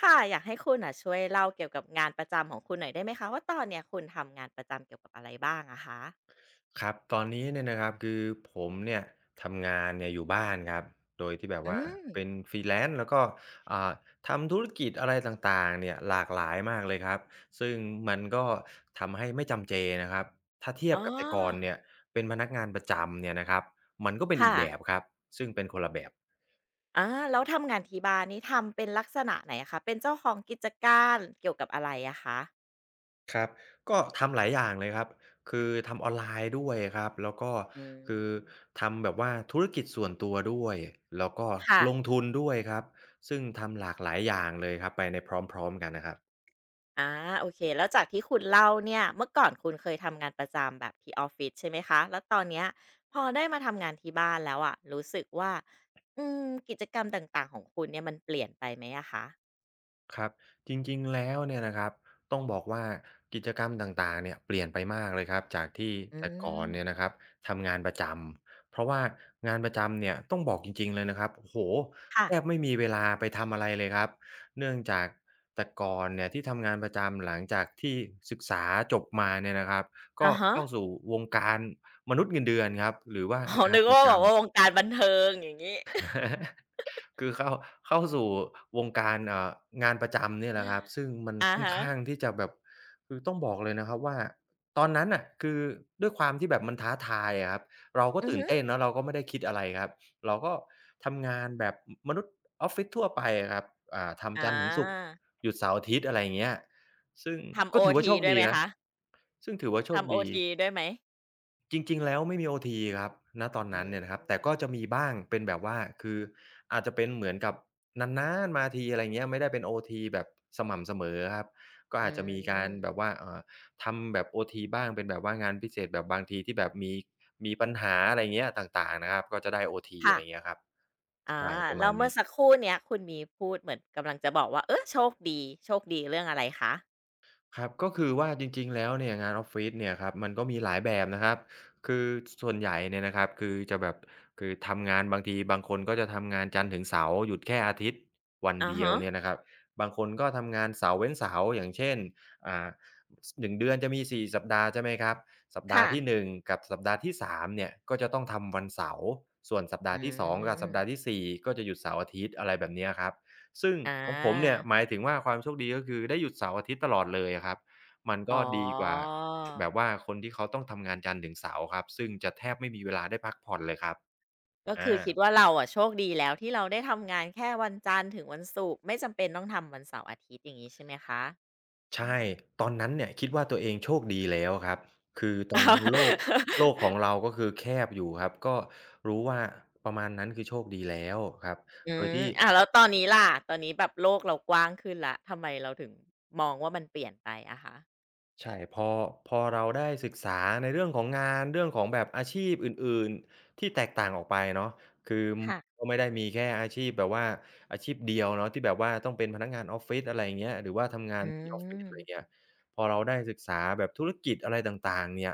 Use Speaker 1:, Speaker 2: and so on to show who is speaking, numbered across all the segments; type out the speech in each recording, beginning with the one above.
Speaker 1: ค่ะอยากให้คุณน่ะช่วยเล่าเกี่ยวกับงานประจำของคุณหน่อยได้ไหมคะว่าตอนเนี้ยคุณทำงานประจำเกี่ยวกับอะไรบ้างอะคะ
Speaker 2: ครับตอนนี้เนี่ยนะครับคือผมเนี่ยทำงานเนี่ยอยู่บ้านครับโดยที่แบบ
Speaker 1: อื
Speaker 2: ว่า
Speaker 1: ม
Speaker 2: เป็นฟรีแลนซ์แล้วก็อ่าทำธุรกิจอะไรต่างๆเนี่ยหลากหลายมากเลยครับซึ่งมันก็ทำให้ไม่จำเจนะครับถ้าเทีย
Speaker 1: อ๋
Speaker 2: บ
Speaker 1: อ
Speaker 2: กับแต่ก่อนเนี่ยเป็นพนักงานประจำเนี่ยนะครับมันก็เป็นอี
Speaker 1: ค่ะ
Speaker 2: กแบบครับซึ่งเป็นคนละแบบ
Speaker 1: อาแล้วทำงานที่บ้านนี่ทำเป็นลักษณะไหนอะคะเป็นเจ้าของกิจการเกี่ยวกับอะไรอะคะ
Speaker 2: ครับก็ทำหลายอย่างเลยครับ คือทำออนไลน์ด้วยครับ แล้วก็
Speaker 1: อื
Speaker 2: คือ
Speaker 1: ม
Speaker 2: ทำแบบว่าธุรกิจส่วนตัวด้วย แล้วก็
Speaker 1: ค่ะ
Speaker 2: ลงทุนด้วยครับ ซึ่งทำหลากหลายอย่างเลยครับไปในพร้อมๆกันนะครับ
Speaker 1: อาโอเคแล้วจากที่คุณเล่าเนี่ยเมื่อก่อนคุณเคยทำงานประจำแบบที่ออฟฟิศใช่ไหมคะแล้วตอนเนี้ยพอได้มาทำงานที่บ้านแล้วอะรู้สึกว่าอืมกิจกรรมต่างๆของคุณเนี่ยมันเปลี่ยนไปไหมอะคะ
Speaker 2: ครับจริงๆแล้วเนี่ยนะครับต้องบอกว่ากิจกรรมต่างๆเนี่ยเปลี่ยนไปมากเลยครับจากที่
Speaker 1: อื
Speaker 2: แต่ก่อนเนี่ยนะค
Speaker 1: ม
Speaker 2: รับทำงานประจำเพราะว่างานประจำเนี่ยต้องบอกจริงๆเลยนะครับโอ้โห
Speaker 1: ค่ะ
Speaker 2: แทบไม่มีเวลาไปทำอะไรเลยครับเนื่องจากแต่ก่อนเนี่ยที่ทำงานประจำหลังจากที่ศึกษาจบมาเนี่ยนะครับก็
Speaker 1: อะฮะ
Speaker 2: เข้าสู่วงการมนุษย์เงินเดือนครับหรือว่า
Speaker 1: อ๋อ
Speaker 2: งา
Speaker 1: นึ
Speaker 2: น
Speaker 1: ก
Speaker 2: ประ
Speaker 1: ว่าแบ
Speaker 2: จำ
Speaker 1: บว่าวงการบันเทิงอย่างงี้
Speaker 2: คือเข้าสู่วงการงานประจำเนี่ยแหละครับซึ่งมัน
Speaker 1: อะ
Speaker 2: ค่อน
Speaker 1: ฮะ
Speaker 2: ข้างที่จะแบบคือต้องบอกเลยนะครับว่าตอนนั้นน่ะคือด้วยความที่แบบมันท้าทายอะครับเราก็
Speaker 1: อือ
Speaker 2: ตื่น
Speaker 1: ฮึ
Speaker 2: เต้นเนาะเราก็ไม่ได้คิดอะไรครับเราก็ทำงานแบบมมนุษย์ออฟฟิศทั่วไปอะครับ
Speaker 1: อ
Speaker 2: ทำจันทร์ถึงศุกร์
Speaker 1: า
Speaker 2: หยุดเสาร์อาทิตย์อะไรอย่างเงี้ยซึ่ง
Speaker 1: ทำโอ
Speaker 2: ก็ถือว่า
Speaker 1: ที
Speaker 2: โชค
Speaker 1: ด้วย
Speaker 2: ดี
Speaker 1: ไหม
Speaker 2: นะ
Speaker 1: คะ
Speaker 2: ซึ่งถือว่าโชค
Speaker 1: ทำโอ
Speaker 2: ดี
Speaker 1: ทีด้วยไหม
Speaker 2: จริงๆ แล้วไม่มีโอทีครับณตอน
Speaker 1: อื
Speaker 2: นั้นเนี่ยนะครับแต่ก็จะ
Speaker 1: ม
Speaker 2: มีบ้างเป็นแบบว่าคืออาจจะเป็นเหมือนกับนานๆมาทีอะไรเงี้ยไม่ได้เป็นโอทีแบบสม่ำเสมอครับก็
Speaker 1: อื
Speaker 2: อาจจะมีการแบบ
Speaker 1: ม
Speaker 2: ว่าทำแบบโอทีบ้างเป็นแบบว่างานพิเศษแบบบางทีที่แบบมีปัญหาอะไรเงี้ยต่างๆนะครับก็จะได้โอทีอะ
Speaker 1: ค่ะ
Speaker 2: ไรเงี้ยครับ
Speaker 1: อา
Speaker 2: ใช่ประมา
Speaker 1: แล้
Speaker 2: ณ
Speaker 1: วเมื่อ
Speaker 2: นี้
Speaker 1: สักครู่เนี้ยคุณมีพูดเหมือนกำลังจะบอกว่า เออโชคดี โชคดีเรื่องอะไรคะ
Speaker 2: ครับก็คือว่าจริงๆแล้วเนี่ยงานออฟฟิศเนี่ยครับมันก็มีหลายแบบนะครับคือส่วนใหญ่เนี่ยนะครับคือจะแบบคือทำงานบางทีบางคนก็จะทำงานจันทร์ถึงเสาร์หยุดแค่อาทิตย์วัน
Speaker 1: อะ
Speaker 2: เดียว
Speaker 1: ฮะ
Speaker 2: เนี่ยนะครับบางคนก็ทำงานเสาร์เว้นเสาร์อย่างเช่นอ่าหนึ่1เดือนจะมี4สัปดาห์ใช่ไหมครับสัปดาห์
Speaker 1: ค่ะ
Speaker 2: ที่1กับสัปดาห์ที่3เนี่ยก็จะต้องทำวันเสาร์ส่วนสัป
Speaker 1: อื
Speaker 2: ดาห์ที่2กับสัปดาห์ที่
Speaker 1: ม
Speaker 2: 4ก็จะหยุดเสาร์อาทิตย์อะไรแบบเนี้ยครับ ซึ่ง
Speaker 1: อา
Speaker 2: ของผมเนี่ยหมายถึงว่าความโชคดีก็คือได้หยุดเสาร์อาทิตย์ตลอดเลยอะครับมัน
Speaker 1: อ๋
Speaker 2: ก็
Speaker 1: อ
Speaker 2: ดีกว่าแบบว่าคนที่เขาต้องทำงานจันทร์ถึงเสาร์ครับซึ่งจะแทบไม่มีเวลาได้พักผ่อนเลยครับ
Speaker 1: ก็
Speaker 2: อา
Speaker 1: คือคิดว่าเราอะโชคดีแล้วที่เราได้ทำงานแค่วันจันทร์ถึงวันศุกร์ไม่จำเป็นต้องทำวันเสาร์อาทิตย์อย่างงี้ใช่ไหมคะ
Speaker 2: ใช่
Speaker 1: อืม
Speaker 2: ตอนนั้นเนี่ยคิดว่าตัวเองโชคดีแล้วครับคือตอ
Speaker 1: อ้
Speaker 2: นนั้น
Speaker 1: า
Speaker 2: โลกของเราก็คือแคบอยู่ครับก็รู้ว่าประมาณนั้นคือโชคดีแล้วครับ
Speaker 1: อื
Speaker 2: โดย
Speaker 1: ม
Speaker 2: ที่
Speaker 1: แล้วตอนนี้ล่ะตอนนี้แบบโลกเรากว้างขึ้นและทำไมเราถึงมองว่ามันเปลี่ยนไปอะคะ
Speaker 2: ใช่พอเราได้ศึกษาในเรื่องของงานเรื่องของแบบอาชีพอื่นๆที่แตกต่างออกไปเนาะคือ
Speaker 1: ค่ะ
Speaker 2: ก็ไม่ได้มีแค่อาชีพแบบว่าอาชีพเดียวเนาะที่แบบว่าต้องเป็นพนักงานออฟฟิศอะไรอย่างเงี้ยหรือว่าทำงา
Speaker 1: อื
Speaker 2: นที่ออฟฟิศ
Speaker 1: ม
Speaker 2: อะไรเงี้ยพอเราได้ศึกษาแบบธุรกิจอะไรต่างๆเนี่ย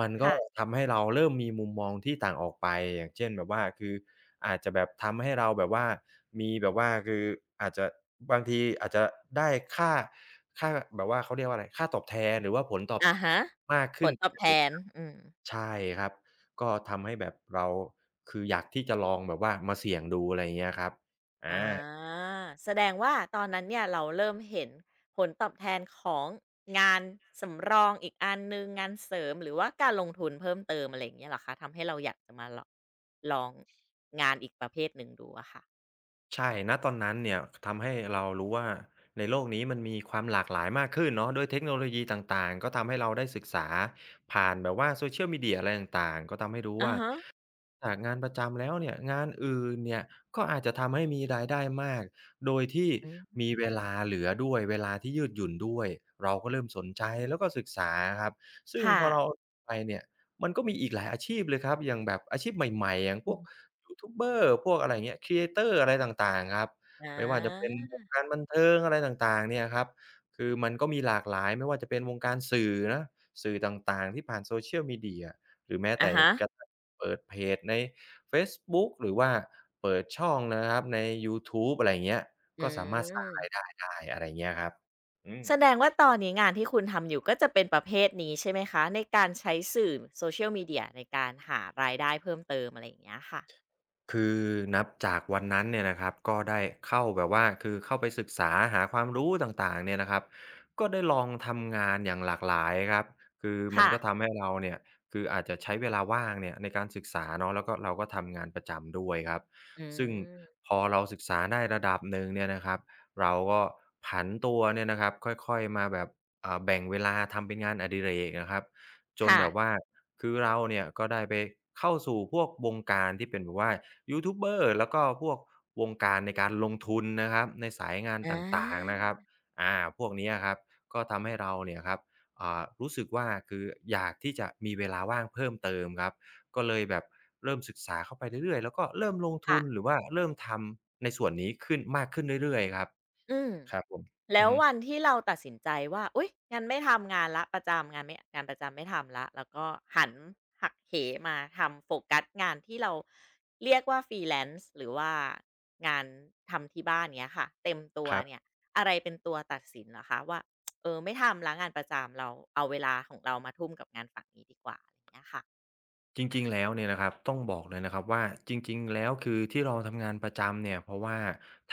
Speaker 2: มันก็
Speaker 1: ค่ะ
Speaker 2: ทำให้เราเริ่มมีมุมมองที่ต่างออกไป อย่างเช่นแบบว่าคืออาจจะแบบทำให้เราแบบว่ามีแบบว่าคืออาจจะบางทีอาจจะได้ค่าค่าแบบว่าเขาเรียกว่าอะไรค่าตอบแทนหรือว่าผลตอบ
Speaker 1: อาฮะ
Speaker 2: มาก
Speaker 1: ผ
Speaker 2: ขึ้น
Speaker 1: ลตอบแทน อืม
Speaker 2: ใช่ครับ ก็ทำให้แบบเราคืออยากที่จะลองแบบว่ามาเสี่ยงดูอะไรอย่างเงี้ยครับอา
Speaker 1: อาแสดงว่าตอนนั้นเนี่ยเราเริ่มเห็นผลตอบแทนของงานสำรองอีกอันหนึ่งงานเสริมหรือว่าการลงทุนเพิ่มเติมอะไรอย่างเงี้ยเหรอคะทำให้เราอยากจะมาลองลองงานอีกประเภทหนึ่งดูอะค่ะ
Speaker 2: ใช่ณตอนนั้นเนี่ยทำให้เรารู้ว่าในโลกนี้มันมีความหลากหลายมากขึ้นเนาะด้วยเทคโนโลยีต่างๆ ก็ทำให้เราได้ศึกษา ผ่านแบบว่า Social Media อะไรต่างๆ ก็ทำให้รู้
Speaker 1: อะ
Speaker 2: ว่า
Speaker 1: ฮะ
Speaker 2: จากงานประจำแล้วเนี่ยงานอื่นเนี่ยก็อาจจะทำให้มีรายได้มากโดยที่
Speaker 1: อื
Speaker 2: มี
Speaker 1: ม
Speaker 2: เวลาเหลือด้วยเวลาที่ยืดหยุ่นด้วยเราก็เริ่มสนใจแล้วก็ศึกษาครับซึ่ง
Speaker 1: ค่ะ
Speaker 2: พอเราไปเนี่ยมันก็มีอีกหลายอาชีพเลยครับอย่างแบบอาชีพใหม่ๆอย่างพ
Speaker 1: อื
Speaker 2: วก
Speaker 1: ม
Speaker 2: ยูทูบเบอร์พวกอะไรอย่างเงี้ยครีเอเตอร์อะไรต่างๆครับ
Speaker 1: อ
Speaker 2: ไม่ว่าจะเป็น
Speaker 1: า
Speaker 2: วงการบันเทิงอะไรต่างๆเนี่ยครับคือมันก็มีหลากหลายไม่ว่าจะเป็นวงการสื่อนะสื่อต่างๆที่ผ่าน Social Media หรือแม้
Speaker 1: อะ
Speaker 2: แต่
Speaker 1: ฮะ
Speaker 2: กระทั่ง เปิดเพจในเฟซบุ๊กหรือว่าเปิดช่องนะครับในยูทูบอะไรอย่างเงี้ย
Speaker 1: อื
Speaker 2: ก็สามารถสร้างรายได้
Speaker 1: ม
Speaker 2: ได้อะไรเงี้ยครับอืม
Speaker 1: แสดงว่าตอนนี้งานที่คุณทำอยู่ก็จะเป็นประเภทนี้ใช่ไหมคะในการใช้สื่อ Social Media ในการหารายได้เพิ่มเติมอะไรอย่างเงี้ยค่ะ
Speaker 2: คือนับจากวันนั้นเนี่ยนะครับก็ได้เข้าแบบว่าคือเข้าไปศึกษาหาความรู้ต่างๆเนี่ยนะครับก็ได้ลองทำงานอย่างหลากหลายครับคือมัน
Speaker 1: ค่ะ
Speaker 2: ก็ทำให้เราเนี่ยคืออาจจะใช้เวลาว่างเนี่ยในการศึกษาเนาะแล้วก็เราก็ทำงานประจำด้วยครับ
Speaker 1: อื
Speaker 2: ซึ่ง
Speaker 1: ม
Speaker 2: พอเราศึกษาได้ระดับหนึ่งเนี่ยนะครับเราก็ผันตัวเนี่ยนะครับค่อยๆมาแบบแบ่งเวลาทำเป็นงานอดิเรกนะครับ จน
Speaker 1: ค่ะ
Speaker 2: แบบว่าคือเราเนี่ยก็ได้ไปเข้าสู่พวกวงการที่เป็นแบบว่ายูทูบเบอร์แล้วก็พวกวงการในการลงทุนนะครับในสายงาน
Speaker 1: อ
Speaker 2: ต่างๆนะค
Speaker 1: า
Speaker 2: รับอาพวกเนี้ยครับก็ทำให้เราเนี่ยครับรู้สึกว่าคืออยากที่จะมีเวลาว่างเพิ่มเติมครับก็เลยแบบเริ่มศึกษาเข้าไปเรื่อยๆแล้วก็เริ่มลงทุ
Speaker 1: ค่ะ
Speaker 2: นหรือว่าเริ่มทำในส่วนนี้ขึ้นมากขึ้นเรื่อยๆครับ
Speaker 1: อืม
Speaker 2: ครับผมอื
Speaker 1: แล้
Speaker 2: อ
Speaker 1: ว
Speaker 2: ฮึ
Speaker 1: วันที่เราตัดสินใจว่าอุ๊ยงั้นไม่ทำงานแล้วประจำงานไม่งานประจำไม่ทำแล้วแล้วก็หันหักเหมาทำโฟกัสงานที่เราเรียกว่า Freelance หรือว่างานทำที่บ้านเงี้ยค่ะเต็มตัว
Speaker 2: ครับ
Speaker 1: เนี่ยอะไรเป็นตัวตัดสินเหรอคะว่าเออไม่ทำแล้วงานประจำเราเอาเวลาของเรามาทุ่มกับงานฝั่งนี้ดีกว่าอะไรอย่างเงี้ยค่ะ
Speaker 2: จริงๆแล้วเนี่ยนะครับต้องบอกเลยนะครับว่าจริงๆแล้วคือที่เราทำงานประจำเนี่ยเพราะว่า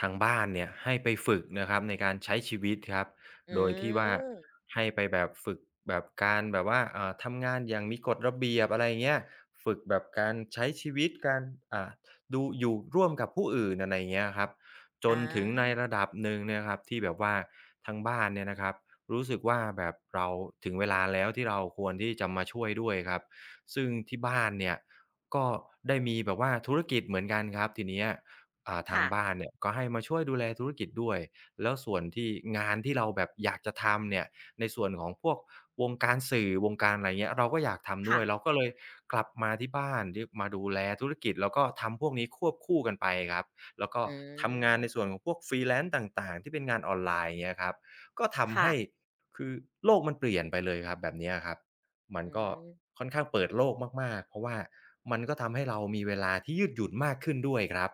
Speaker 2: ทางบ้านเนี่ยให้ไปฝึกนะครับในการใช้ชีวิตครับ
Speaker 1: อื
Speaker 2: โดยที่ว่า
Speaker 1: ม
Speaker 2: ให้ไปแบบฝึกแบบการแบบว่าทำงานอย่างมีกฎระเบียบอะไรอย่างเงี้ยฝึกแบบการใช้ชีวิตการอ่าดูอยู่ร่วมกับผู้อื่นอะไรอย่างเงี้ยครับจน
Speaker 1: อา
Speaker 2: ถึงในระดับหนึ่งเนี่ยครับที่แบบว่าทางบ้านเนี่ยนะครับรู้สึกว่าแบบเราถึงเวลาแล้วที่เราควรที่จะมาช่วยด้วยครับ ซึ่งที่บ้านเนี่ยก็ได้มีแบบว่าธุรกิจเหมือนกันครับทีเนี้ยทาง
Speaker 1: ค่ะ
Speaker 2: บ้านเนี่ยก็ให้มาช่วยดูแลธุรกิจด้วยแล้วส่วนที่งานที่เราแบบอยากจะทำเนี่ยในส่วนของพวกวงการสื่อวงการอะไรเงี้ยเราก็อยากทำด้
Speaker 1: ค่ะ
Speaker 2: วยเราก็เลยกลับมาที่บ้านที่มาดูแลธุรกิจแล้วก็ทำพวกนี้ควบคู่กันไปครับแล้วก็
Speaker 1: อื
Speaker 2: ทำงานในส่ว
Speaker 1: ม
Speaker 2: นของพวก freelance ต่างๆที่เป็นงานออนไลน์เงี้ยครับก็ทำ
Speaker 1: ค่ะ
Speaker 2: ให้คือโลกมันเปลี่ยนไปเลยครับแบบเนี้ยครับมัน
Speaker 1: อื
Speaker 2: ก็
Speaker 1: ม
Speaker 2: ค่อนข้างเปิดโลกมากๆ เพราะว่ามันก็ทำให้เรามีเวลาที่ยืดหยุ่นมากขึ้นด้วยครับ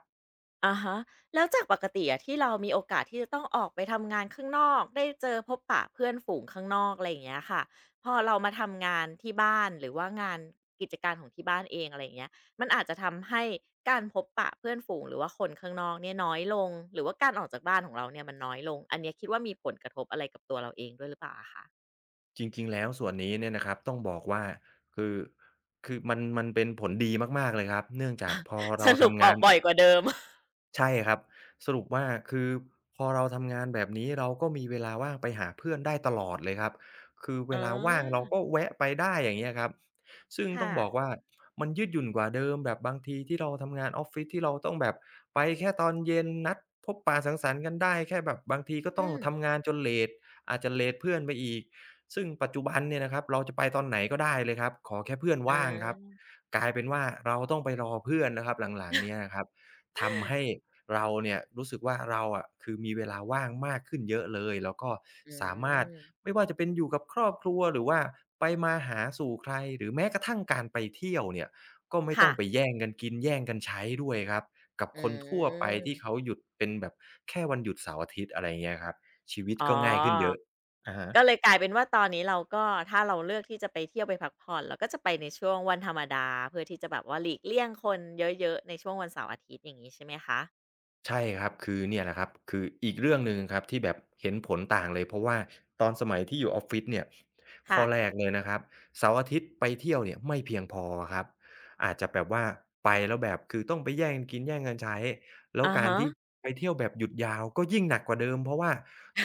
Speaker 1: อะฮะแล้วจากปกติอะที่เรามีโอกาสที่จะต้องออกไปทำงานข้างนอกได้เจอพบปะเพื่อนฝูงข้างนอกอะไรอย่างเงี้ยค่ะพอเรามาทำงานที่บ้านหรือว่างานกิจการของที่บ้านเองอะไรอย่างเงี้ยมันอาจจะทำให้การพบปะเพื่อนฝูงหรือว่าคนข้างนอกเนี่ยน้อยลงหรือว่าการออกจากบ้านของเราเนี่ยมันน้อยลงอันเนี้ยคิดว่ามีผลกระทบอะไรกับตัวเราเองด้วยหรือเปล่าอะคะ
Speaker 2: จริงๆแล้วส่วนนี้เนี่ยนะครับต้องบอกว่าคือคือมันเป็นผลดีมากๆเลยครับเนื่องจากพอ
Speaker 1: ส
Speaker 2: เรา
Speaker 1: รุป
Speaker 2: ทำ
Speaker 1: ออ
Speaker 2: งา
Speaker 1: ก
Speaker 2: น
Speaker 1: บ่อยกว่าเดิม
Speaker 2: ใช่ครับสรุปว่าคือพอเราทำงานแบบนี้เราก็มีเวลาว่างไปหาเพื่อนได้ตลอดเลยครับคือเว
Speaker 1: อ๋
Speaker 2: ลาว่างเรา
Speaker 1: อ
Speaker 2: ก็แวะไปได้อย่างเงี้ยครับซึ่งต้อ
Speaker 1: ค่ะ
Speaker 2: งบอกว่ามันยืดหยุ่นกว่าเดิมแบบบางทีที่เราทำงานออฟฟิศที่เราต้องแบบไปแค่ตอนเย็นนัดพบปะสังสรรค์กันได้แค่แบบบางทีก็ต้อ
Speaker 1: อื
Speaker 2: ง
Speaker 1: ม
Speaker 2: ทำงานจนเลตอาจจะเลตเพื่อนไปอีกซึ่งปัจจุบันเนี่ยนะครับเราจะไปตอนไหนก็ได้เลยครับขอแค่เพื่อน
Speaker 1: อ
Speaker 2: ว่างครับ
Speaker 1: า
Speaker 2: กลายเป็นว่าเราต้องไปรอเพื่อนนะครับหลังๆเนี่ยนะครับทำให้ เราเนี่ยรู้สึกว่าเราอะคือมีเวลาว่างมากขึ้นเยอะเลยแล้วก็
Speaker 1: อื
Speaker 2: สามารถ
Speaker 1: ม
Speaker 2: ไม่ว่าจะเป็นอยู่กับครอบครัวหรือว่าไปมาหาสู่ใครหรือแม้กระทั่งการไปเที่ยวเนี่ยก็ไม่ต้อ
Speaker 1: ค่ะ
Speaker 2: งไปแย่งกันกินแย่งกันใช้ด้วยครับกับ
Speaker 1: อื
Speaker 2: คนทั่วไปที่เขา
Speaker 1: ม
Speaker 2: หยุดเป็นแบบแค่วันหยุดเสาร์อาทิตย์อะไรเงี้ยครับชีวิต
Speaker 1: อ๋
Speaker 2: ก็ง่ายขึ้นเย
Speaker 1: อ
Speaker 2: อะอะฮะ
Speaker 1: ก็เลยกลายเป็นว่าตอนนี้เราก็ถ้าเราเลือกที่จะไปเที่ยวไปพักผ่อนเราก็จะไปในช่วงวันธรรมดาเพื่อที่จะแบบว่าหลีกเลี่ยงคนเยอะๆในช่วงวันเสาร์อาทิตย์อย่างงี้ใช่ไหมคะอื
Speaker 2: ใช่ครับ
Speaker 1: ม
Speaker 2: คือเนี่ยแหละครับคืออีกเรื่องหนึ่งครับที่แบบเห็นผลต่างเลยเพราะว่าตอนสมัยที่อยู่ออฟฟิศเนี่ยข้
Speaker 1: ค่ะ
Speaker 2: อแรกเลยนะครับเสาร์อาทิตย์ไปเที่ยวเนี่ยไม่เพียงพออครับอาจจะแบบว่าไปแล้วแบบคือต้องไปแย่งกันกินแย่งกันใช้แล้ว
Speaker 1: อะ
Speaker 2: การ
Speaker 1: ฮะ
Speaker 2: ที่ไปเที่ยวแบบหยุดยาวก็ยิ่งหนักกว่าเดิมเพราะว่า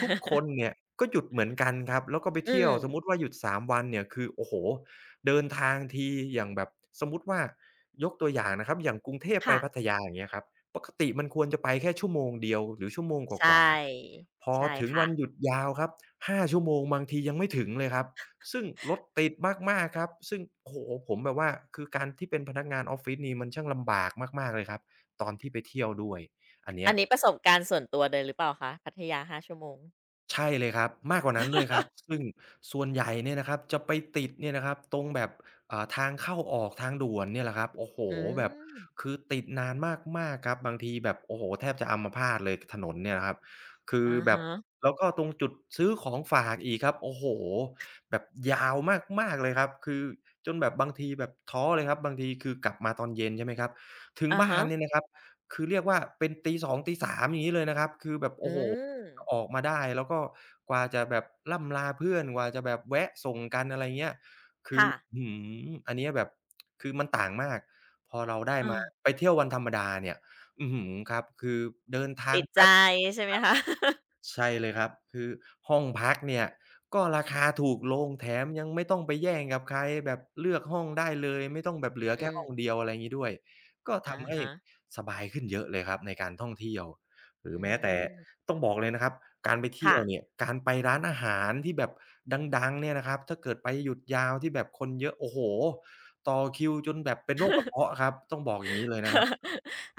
Speaker 2: ทุกคน เนี่ยก็หยุดเหมือนกันครับแล้วก็ไป
Speaker 1: อื
Speaker 2: เที่ยว
Speaker 1: ม
Speaker 2: สมมุติว่าหยุด3วันเนี่ยคือโอ้โฮเดินทางทีอย่างแบบสมมุติว่ายกตัวอย่างนะครับอย่างกรุงเทพไป
Speaker 1: ค่ะ
Speaker 2: พัทยาอย่างเงี้ยครับ ปกติมันควรจะไปแค่ชั่วโมงเดียวหรือชั่วโมงก
Speaker 1: ใช
Speaker 2: ว่า
Speaker 1: ่
Speaker 2: ๆพอ
Speaker 1: ใช่
Speaker 2: ถึง
Speaker 1: ค่ะ
Speaker 2: วันหยุดยาวครับ5ชั่วโมงบางทียังไม่ถึงเลยครับซึ่งรถติดมากๆครับซึ่งโอ้โฮผมแบบว่าคือการที่เป็นพนักงานออฟฟิศนี่มันช่างลำบากมากๆเลยครับตอนที่ไปเที่ยวด้วยอันเนี้
Speaker 1: อั
Speaker 2: ย
Speaker 1: นนี้ประสบการณ์ส่วนตัวเลยหรือเปล่าคะพัทยาห้าชั่วโมง
Speaker 2: ใช่เลยครับมากกว่านั้นด้วยครับซึ่งส่วนใหญ่เนี่ยนะครับจะไปติดเนี่ยนะครับตรงแบบทางเข้าออกทางด่วนเนี่ยแหละครับโอ้โฮ
Speaker 1: อื
Speaker 2: แบบ
Speaker 1: ม
Speaker 2: คือติดนานมากๆครับบางทีแบบโอ้โฮแทบจะอัมพาตเลยถนนเนี่ยนะครับคือ
Speaker 1: อะ
Speaker 2: แบบ
Speaker 1: ฮะ
Speaker 2: แล้วก็ตรงจุดซื้อของฝากอีกครับโอ้โฮแบบยาวมากๆเลยครับคือจนแบบบางทีแบบท้อเลยครับบางทีคือกลับมาตอนเย็นใช่ไหมครับถึง
Speaker 1: อะ
Speaker 2: บ้า
Speaker 1: ฮะ
Speaker 2: นเนี่ยนะครับคือเรียกว่าเป็นตีสองตีสามอย่างงี้เลยนะครับคือแบบ
Speaker 1: อื
Speaker 2: โอ้โฮ
Speaker 1: ม
Speaker 2: ออกมาได้แล้วก็กว่าจะแบบร่ำลาเพื่อนกว่าจะแบบแวะส่งกันอะไรเงี้ยคือ
Speaker 1: ค่ะ
Speaker 2: อื้อฮืออันเนี้ยแบบคือมันต่างมากพอเราได้
Speaker 1: อา
Speaker 2: มาไปเที่ยววันธรรมดาเนี่ยอื้อฮือครับคือเดินทาง
Speaker 1: ติดใจ
Speaker 2: แป๊บ
Speaker 1: ใช่ไหมคะ
Speaker 2: ใช่เลยครับคือห้องพักเนี่ยก็ราคาถูกลงแถมยังไม่ต้องไปแย่งกับใครแบบเลือกห้องได้เลยไม่ต้องแบบเหลือ
Speaker 1: อื
Speaker 2: แค่ห้อง
Speaker 1: ม
Speaker 2: เดียวอะไรอย่างงี้ด้วยก็
Speaker 1: อะ
Speaker 2: ทำให้
Speaker 1: ฮะ
Speaker 2: สบายขึ้นเยอะเลยครับในการท่องเที่ยวหรือ
Speaker 1: อื
Speaker 2: แม้แต่
Speaker 1: ม
Speaker 2: ต้องบอกเลยนะครับการไปเที่ย
Speaker 1: ค่ะ
Speaker 2: วเนี่ยการไปร้านอาหารที่แบบดังๆเนี่ยนะครับถ้าเกิดไปหยุดยาวที่แบบคนเยอะโอ้โฮต่อคิวจนแบบเป็นโรคกระเพาะครับต้องบอกอย่างงี้เลยนะครับซ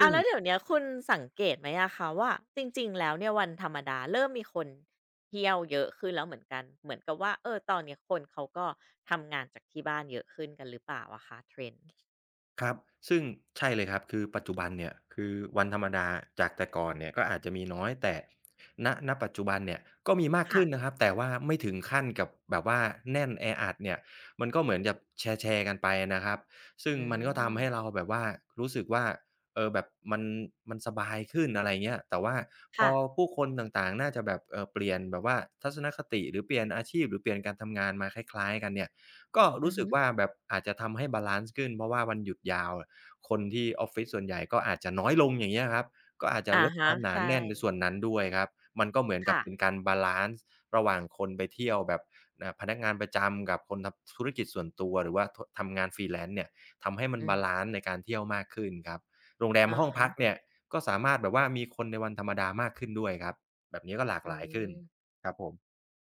Speaker 1: อา
Speaker 2: ึ่ง
Speaker 1: แล้วเดี๋ยวเนี้ยคุณสังเกตไหมอะคะว่าจริงๆแล้วเนี่ยวันธรรมดาเริ่มมีคนเที่ยวเยอะขึ้นแล้วเหมือนกันเหมือนกับว่าเออตอนเนี้ยคนเขาก็ทำงานจากที่บ้านเยอะขึ้นกันหรือเปล่าอะคะ t r e n
Speaker 2: ครับซึ่งใช่เลยครับคือปัจจุบันเนี่ยคือวันธรรมดาจากแต่ก่อนเนี่ยก็อาจจะมีน้อยแต่ณปัจจุบันเนี่ยก็มีมาก
Speaker 1: ค่ะ
Speaker 2: ขึ้นนะครับแต่ว่าไม่ถึงขั้นกับแบบว่าแน่นแออัดเนี่ยมันก็เหมือนกับแชร์ๆกันไปอะนะครับซึ่ง
Speaker 1: อื
Speaker 2: มันก็
Speaker 1: ม
Speaker 2: ทำให้เราแบบว่ารู้สึกว่าเออแบบมันมันสบายขึ้นอะไรเงี้ยแต่ว่าพ
Speaker 1: ค่ะ
Speaker 2: อผู้คนต่างๆน่าจะแบบเปลี่ยนแบบว่าทัศนคติหรือเปลี่ยนอาชีพหรือเปลี่ยนการทำงานมาคล้ายๆกันเนี่ย ก็
Speaker 1: อื
Speaker 2: รู้
Speaker 1: อ
Speaker 2: สึ
Speaker 1: ฮึ
Speaker 2: กว่าแบบอาจจะทำให้บาลันซ์ขึ้นเพราะว่าวันหยุดยาวคนที่ออฟฟิศส่วนใหญ่ก็อาจจะน้อยลงอย่างเงี้ยครับก็อาจจะ
Speaker 1: อะ
Speaker 2: ลดค
Speaker 1: ฮะ
Speaker 2: วามหนา
Speaker 1: ใช่
Speaker 2: แน่นในส่วนนั้นด้วยครับมันก็เหมือนกับ
Speaker 1: ค่ะ
Speaker 2: เป็นการบาลันซ์ระหว่างคนไปเที่ยวแบบพนักงานประจำกับคนทำธุรกิจส่วนตัวหรือว่าทำงาน Freelance เนี่ยทำให้มัน
Speaker 1: อื
Speaker 2: บา
Speaker 1: ม
Speaker 2: ลันซ์ในการเที่ยวมากขึ้นครับโรงแรม
Speaker 1: อะ
Speaker 2: ห้องพัก
Speaker 1: ฮะ
Speaker 2: เนี่ยก็สามารถแบบว่ามีคนในวันธรรมดามากขึ้นด้วยครับแบบนี้ก็หลาก
Speaker 1: อื
Speaker 2: หลายขึ้น
Speaker 1: ม
Speaker 2: ครับผม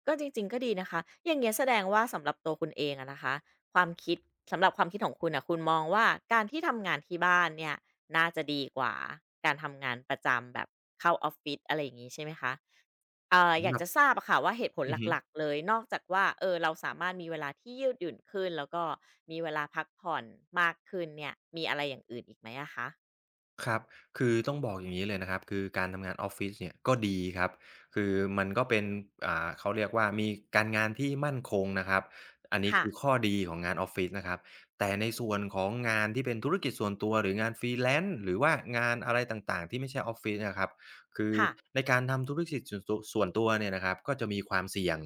Speaker 1: ก็จริงๆก็ดีนะคะ อย่างเงี้ยแสดงว่าสำหรับตัวคุณเองอะนะคะความคิดสำหรับความคิดของคุณนะคุณมองว่าการที่ทำงานที่บ้านเนี่ยน่าจะดีกว่าการทำงานประจำแบบเข้าออฟฟิศอะไรอย่างงี้ใช่ไหมคะอ
Speaker 2: สำห
Speaker 1: ยาก
Speaker 2: รับ
Speaker 1: จะทราบอะค่ะว่าเหตุผล
Speaker 2: อือฮึ
Speaker 1: หลักๆเลยนอกจากว่าเออเราสามารถมีเวลาที่ยืดหยุ่นขึ้นแล้วก็มีเวลาพักผ่อนมากขึ้นเนี่ยมีอะไรอย่างอื่นอีกไหมอะคะ
Speaker 2: ครับคือต้องบอกอย่างนี้เลยนะครับ คือการทำงานออฟฟิศเนี่ยก็ดีครับคือมันก็เป็นเขาเรียกว่ามีการงานที่มั่นคงนะครับ อันนี้
Speaker 1: ค่ะ
Speaker 2: คือข้อดีของงานออฟฟิศนะครับแต่ในส่วนของงานที่เป็นธุรกิจส่วนตัวหรืองาน Freelance หรือว่างานอะไรต่างๆที่ไม่ใช่ออฟฟิศนะครับคือ
Speaker 1: ค่ะ
Speaker 2: ในการทำธุรกิจส่วนตัวเนี่ยนะครับก็จะมีความเสี่ยง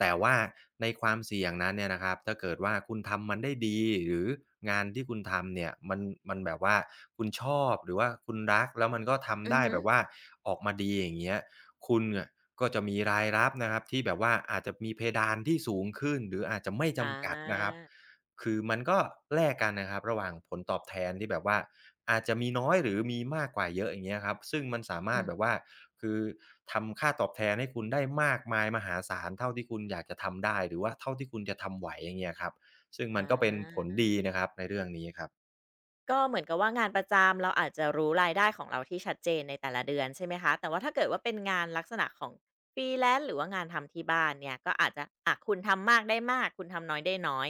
Speaker 2: แต่ว่าในความเสี่ยงนั้นเนี่ยนะครับถ้าเกิดว่าคุณทำมันได้ดีหรืองานที่คุณทำเนี่ยมันแบบว่าคุณชอบหรือว่าคุณรักแล้วมันก็ทำ
Speaker 1: อือ
Speaker 2: ได้
Speaker 1: ฮึ
Speaker 2: แบบว่าออกมาดีอย่างเงี้ยคุณอะก็จะมีรายรับนะครับที่แบบว่าอาจจะมีเพดานที่สูงขึ้นหรืออาจจะไม่
Speaker 1: อา
Speaker 2: จำกัดนะครับ คือมันก็แลกกันนะครับระหว่างผลตอบแทนที่แบบว่าอาจจะมีน้อยหรือมีมากกว่าเยอะอย่างเงี้ยครับซึ่งมันสามา
Speaker 1: อื
Speaker 2: รถแบบ
Speaker 1: ม
Speaker 2: ว่าคือทำค่าตอบแทนให้คุณได้มากมายมหาศาลเท่าที่คุณอยากจะทำได้หรือว่าเท่าที่คุณจะทำไหวอย่างเงี้ยครับซึ่ง
Speaker 1: อ
Speaker 2: มันก็เป็นผ
Speaker 1: า
Speaker 2: ลดีนะครับในเรื่องนี้ครับ
Speaker 1: ก็เหมือนกับว่างานประจำเราอาจจะรู้รายได้ของเราที่ชัดเจนในแต่ละเดือนใช่ไหมคะแต่ว่าถ้าเกิดว่าเป็นงานลักษณะของฟรีแล a ซ์หรือว่างานทำที่บ้านเนี่ยก็อาจจะอะคุณทำมากได้มากคุณทำน้อยได้น้อย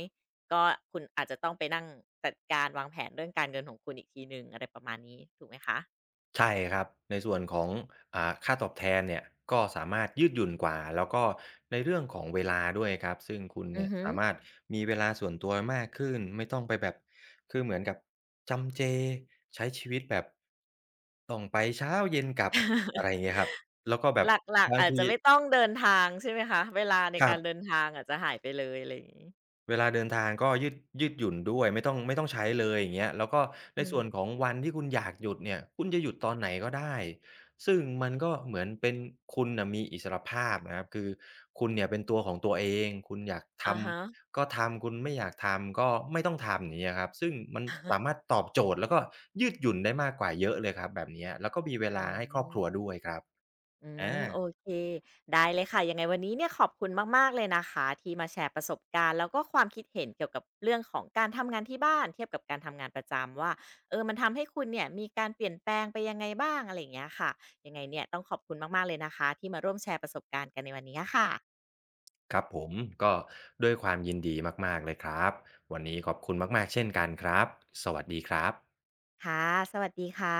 Speaker 1: ก็คุณอาจจะต้องไปนั่งจัดการวางแผนเรื่องการเงินของคุณอีกทีหนึ่งอะไรประมาณนี้ถูกไหมคะ
Speaker 2: ใช่ครับในส่วนของอ่าค่าตอบแทนเนี่ยก็สามารถยืดหยุ่นกว่าแล้วก็ในเรื่องของเวลาด้วยครับซึ่งคุณ
Speaker 1: อื
Speaker 2: เนี่
Speaker 1: อ
Speaker 2: ย
Speaker 1: ฮึ
Speaker 2: สามารถมีเวลาส่วนตัวมากขึ้นไม่ต้องไปแบบคือเหมือนกับจำเจใช้ชีวิตแบบต้องไปเช้าเย็นกลับอะไร อย่างเงี้ยครับแล้วก็แบบ
Speaker 1: หลักๆ
Speaker 2: บาง
Speaker 1: อาจ
Speaker 2: ที
Speaker 1: จะไม่ต้องเดินทางใช่ไหมคะเวลาใน
Speaker 2: ครั
Speaker 1: การเดิ
Speaker 2: บ
Speaker 1: นทางอาจจะหายไปเลยอะไรอย่างนี้
Speaker 2: เวลาเดินทางก็ยืดหยุ่นด้วยไม่ต้องใช้เลยอย่างเงี้ยแล้วก็ใน
Speaker 1: อืม
Speaker 2: ส่วนของวันที่คุณอยากหยุดเนี่ยคุณจะหยุดตอนไหนก็ได้ซึ่งมันก็เหมือนเป็นคุณน่ะมีอิสรภาพนะครับคือคุณเนี่ยเป็นตัวของตัวเองคุณอยากท
Speaker 1: อะฮะ
Speaker 2: ำก็ทำคุณไม่อยากทำก็ไม่ต้องทำอย่างเงี้ยครับซึ่งมันสามารถตอบโจทย์แล้วก็ยืดหยุ่นได้มากกว่าเยอะเลยครับแบบเนี้ยแล้วก็มีเว
Speaker 1: อื
Speaker 2: ลาให้ครอบครัว
Speaker 1: ม
Speaker 2: ด้วยครับ
Speaker 1: อื
Speaker 2: อา
Speaker 1: มโอเคได้เลยค่ะยังไงวันนี้เนี่ยขอบคุณมากๆเลยนะคะที่มาแชร์ประสบการณ์แล้วก็ความคิดเห็นเกี่ยวกับเรื่องของการทำงานที่บ้านเทียบกับการทำงานประจำว่าเออมันทำให้คุณเนี่ยมีการเปลี่ยนแปลงไปยังไงบ้างอะไรอย่างเงี้ยค่ะยังไงเนี่ยต้องขอบคุณมากๆเลยนะคะที่มาร่วมแชร์ประสบการณ์กันในวันนี้อะค่ะ
Speaker 2: ครับผมก็ด้วยความยินดีมากๆเลยครับวันนี้ขอบคุณมากๆเช่นกันครับสวัสดีครับ
Speaker 1: ค่ะสวัสดีค่ะ